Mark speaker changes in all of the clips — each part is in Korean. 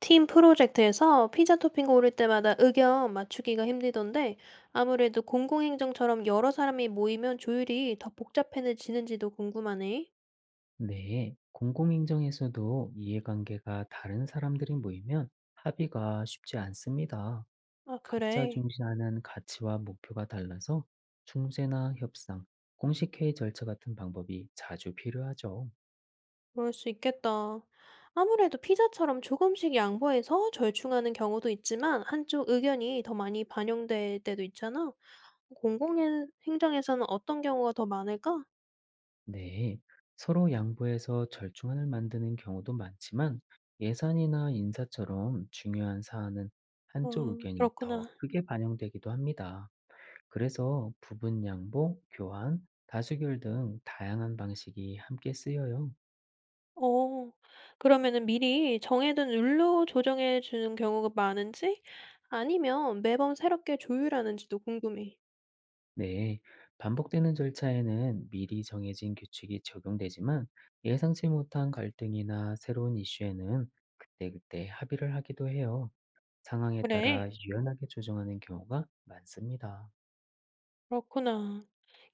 Speaker 1: 팀 프로젝트에서 피자 토핑 고를 때마다 의견 맞추기가 힘들던데 아무래도 공공행정처럼 여러 사람이 모이면 조율이 더 복잡해지는지도 궁금하네.
Speaker 2: 네, 공공행정에서도 이해관계가 다른 사람들이 모이면 합의가 쉽지 않습니다.
Speaker 1: 아,
Speaker 2: 각자
Speaker 1: 그래.
Speaker 2: 중시하는 가치와 목표가 달라서 중재나 협상, 공식회의 절차 같은 방법이 자주 필요하죠.
Speaker 1: 그럴 수 있겠다. 아무래도 피자처럼 조금씩 양보해서 절충하는 경우도 있지만 한쪽 의견이 더 많이 반영될 때도 있잖아. 공공행정에서는 어떤 경우가 더 많을까?
Speaker 2: 네, 서로 양보해서 절충안을 만드는 경우도 많지만 예산이나 인사처럼 중요한 사안은
Speaker 1: 아,
Speaker 2: 한쪽 의견이
Speaker 1: 그렇구나.
Speaker 2: 더 크게 반영되기도 합니다. 그래서 부분 양복, 교환, 다수결 등 다양한 방식이 함께 쓰여요.
Speaker 1: 어. 그러면은 미리 정해둔 룰로 조정해 주는 경우가 많은지 아니면 매번 새롭게 조율하는지도 궁금해.
Speaker 2: 네, 반복되는 절차에는 미리 정해진 규칙이 적용되지만 예상치 못한 갈등이나 새로운 이슈에는 그때그때 합의를 하기도 해요. 상황에
Speaker 1: 그래.
Speaker 2: 따라 유연하게 조정하는 경우가 많습니다.
Speaker 1: 그렇구나.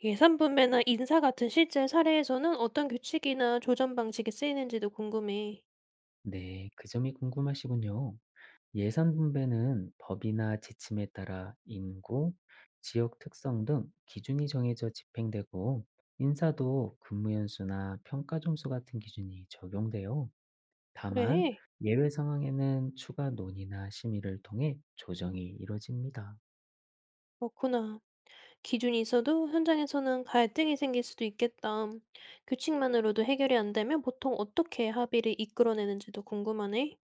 Speaker 1: 예산 분배나 인사 같은 실제 사례에서는 어떤 규칙이나 조정 방식이 쓰이는지도 궁금해.
Speaker 2: 네, 그 점이 궁금하시군요. 예산 분배는 법이나 지침에 따라 인구, 지역 특성 등 기준이 정해져 집행되고 인사도 근무 연수나 평가 점수 같은 기준이 적용돼요. 다만
Speaker 1: 그래.
Speaker 2: 예외 상황에는 추가 논의나 심의를 통해 조정이 이뤄집니다.
Speaker 1: 그렇구나. 기준이 있어도 현장에서는 갈등이 생길 수도 있겠다. 규칙만으로도 해결이 안 되면 보통 어떻게 합의를 이끌어내는지도 궁금하네.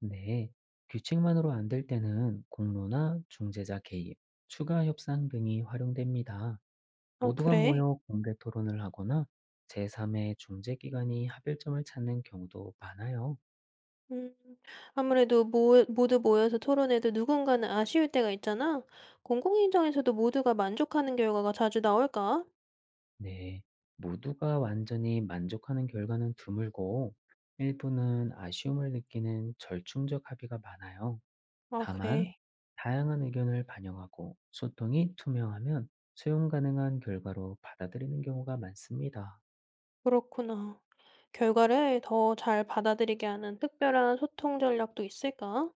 Speaker 2: 네, 규칙만으로 안 될 때는 공로나 중재자 개입, 추가 협상 등이 활용됩니다.
Speaker 1: 어,
Speaker 2: 모두가
Speaker 1: 그래.
Speaker 2: 모여 공개 토론을 하거나 제3의 중재기관이 합의점을 찾는 경우도 많아요.
Speaker 1: 음. 아무래도 모 모두 모여서 토론해도 누군가는 아쉬울 때가 있잖아. 공공연장에서도 모두가 만족하는 결과가 자주 나올까?
Speaker 2: 네. 모두가 완전히 만족하는 결과는 드물고, 일부는 아쉬움을 느끼는 절충적 합의가 많아요.
Speaker 1: 아,
Speaker 2: 다만,
Speaker 1: 그래.
Speaker 2: 다양한 의견을 반영하고 소통이 투명하면 수용 가능한 결과로 받아들이는 경우가 많습니다.
Speaker 1: 그렇구나. 결과를 더 잘 받아들이게 하는 특별한 소통 전략도 있을까?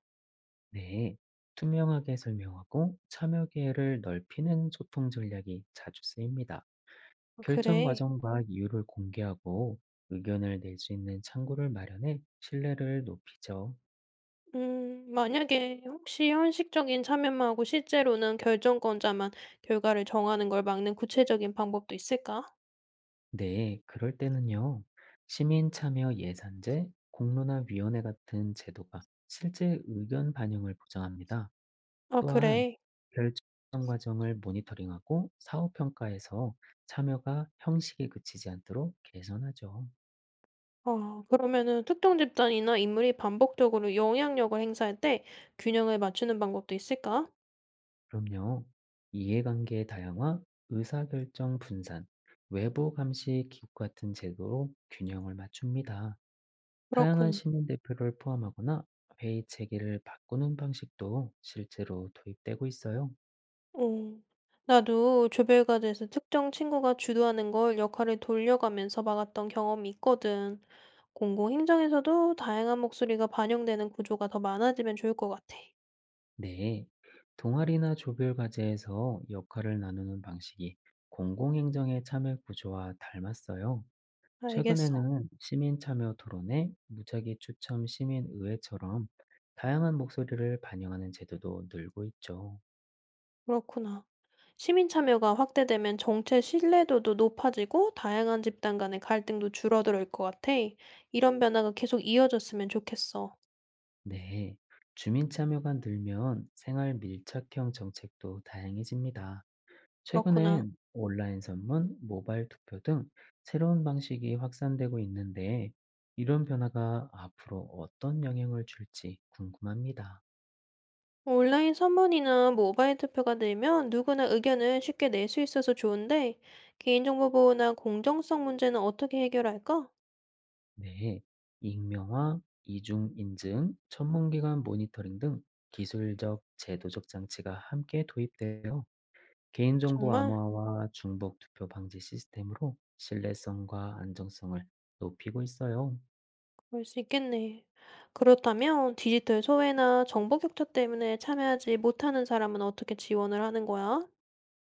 Speaker 2: 네. 투명하게 설명하고 참여 기회를 넓히는 소통 전략이 자주 쓰입니다.
Speaker 1: 아,
Speaker 2: 결정
Speaker 1: 그래.
Speaker 2: 과정과 이유를 공개하고 의견을 낼 수 있는 창구를 마련해 신뢰를 높이죠.
Speaker 1: 만약에 혹시 형식적인 참여만 하고 실제로는 결정권자만 결과를 정하는 걸 막는 구체적인 방법도 있을까?
Speaker 2: 네, 그럴 때는요. 시민 참여 예산제, 공론화 위원회 같은 제도가 실제 의견 반영을 보장합니다.
Speaker 1: 아,
Speaker 2: 또한
Speaker 1: 그래.
Speaker 2: 결정 과정을 모니터링하고 사후 평가에서 참여가 형식에 그치지 않도록 개선하죠.
Speaker 1: 아 그러면은 특정 집단이나 인물이 반복적으로 영향력을 행사할 때 균형을 맞추는 방법도 있을까?
Speaker 2: 그럼요. 이해관계 다양화, 의사결정 분산, 외부 감시 기구 같은 제도로 균형을 맞춥니다. 다양한
Speaker 1: 그렇구나.
Speaker 2: 시민 대표를 포함하거나 회의 체계를 바꾸는 방식도 실제로 도입되고 있어요.
Speaker 1: 어. 나도 조별과제에서 특정 친구가 주도하는 걸 역할을 돌려가면서 막았던 경험이 있거든. 공공행정에서도 다양한 목소리가 반영되는 구조가 더 많아지면 좋을 것 같아.
Speaker 2: 네. 동아리나 조별 과제에서 역할을 나누는 방식이 공공행정의 참여 구조와 닮았어요.
Speaker 1: 알겠어.
Speaker 2: 최근에는 시민참여 토론회, 무작위 추첨 시민의회처럼 다양한 목소리를 반영하는 제도도 늘고 있죠.
Speaker 1: 그렇구나. 시민 참여가 확대되면 정책 신뢰도도 높아지고 다양한 집단 간의 갈등도 줄어들 것 같아. 이런 변화가 계속 이어졌으면 좋겠어.
Speaker 2: 네. 주민 참여가 늘면 생활 밀착형 정책도 다양해집니다.
Speaker 1: 그렇구나.
Speaker 2: 최근엔 온라인 선문, 모바일 투표 등 새로운 방식이 확산되고 있는데 이런 변화가 앞으로 어떤 영향을 줄지 궁금합니다.
Speaker 1: 온라인 선문이나 모바일 투표가 늘면 누구나 의견을 쉽게 낼 수 있어서 좋은데, 개인정보 보호나 공정성 문제는 어떻게 해결할까?
Speaker 2: 네, 익명화, 이중인증, 전문기관 모니터링 등 기술적, 제도적 장치가 함께 도입되어 개인정보
Speaker 1: 정말
Speaker 2: 암호화와 중복 투표 방지 시스템으로 신뢰성과 안정성을 높이고 있어요.
Speaker 1: 그럴 수 있겠네. 그렇다면 디지털 소외나 정보 격차 때문에 참여하지 못하는 사람은 어떻게 지원을 하는 거야?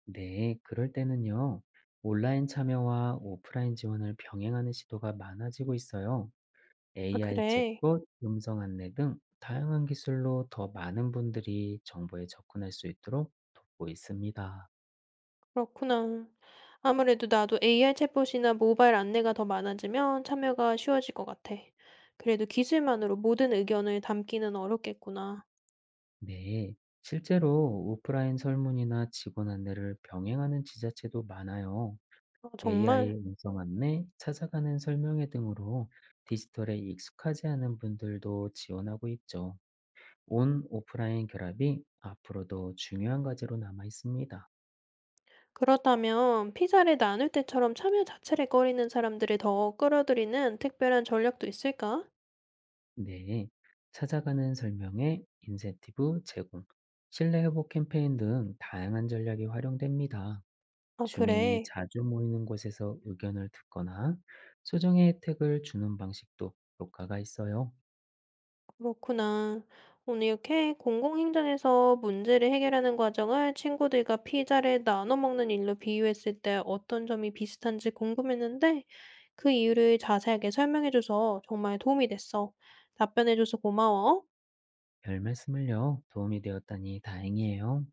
Speaker 2: 네, 그럴 때는요. 온라인 참여와 오프라인 지원을 병행하는 시도가 많아지고 있어요.
Speaker 1: 아,
Speaker 2: AI
Speaker 1: 그래.
Speaker 2: 챗봇, 음성 안내 등 다양한 기술로 더 많은 분들이 정보에 접근할 수 있도록 돕고 있습니다.
Speaker 1: 그렇구나. 아무래도 나도 AI 챗봇이나 모바일 안내가 더 많아지면 참여가 쉬워질 것 같아. 그래도 기술만으로 모든 의견을 담기는 어렵겠구나.
Speaker 2: 네, 실제로 오프라인 설문이나 직원 안내를 병행하는 지자체도 많아요.
Speaker 1: 어, 정말?
Speaker 2: AI 음성 안내, 찾아가는 설명회 등으로 디지털에 익숙하지 않은 분들도 지원하고 있죠. 온 오프라인 결합이 앞으로도 중요한 과제로 남아 있습니다.
Speaker 1: 그렇다면 피자를 나눌 때처럼 참여 자체를 꺼리는 사람들을 더 끌어들이는 특별한 전략도 있을까?
Speaker 2: 네, 찾아가는 설명회, 인센티브 제공, 신뢰 회복 캠페인 등 다양한 전략이 활용됩니다.
Speaker 1: 아,
Speaker 2: 주민이
Speaker 1: 그래.
Speaker 2: 자주 모이는 곳에서 의견을 듣거나 소정의 혜택을 주는 방식도 효과가 있어요.
Speaker 1: 그렇구나. 오늘 이렇게 공공행정에서 문제를 해결하는 과정을 친구들과 피자를 나눠 먹는 일로 비유했을 때 어떤 점이 비슷한지 궁금했는데 그 이유를 자세하게 설명해줘서 정말 도움이 됐어. 답변해줘서 고마워.
Speaker 2: 별 말씀을요. 도움이 되었다니 다행이에요.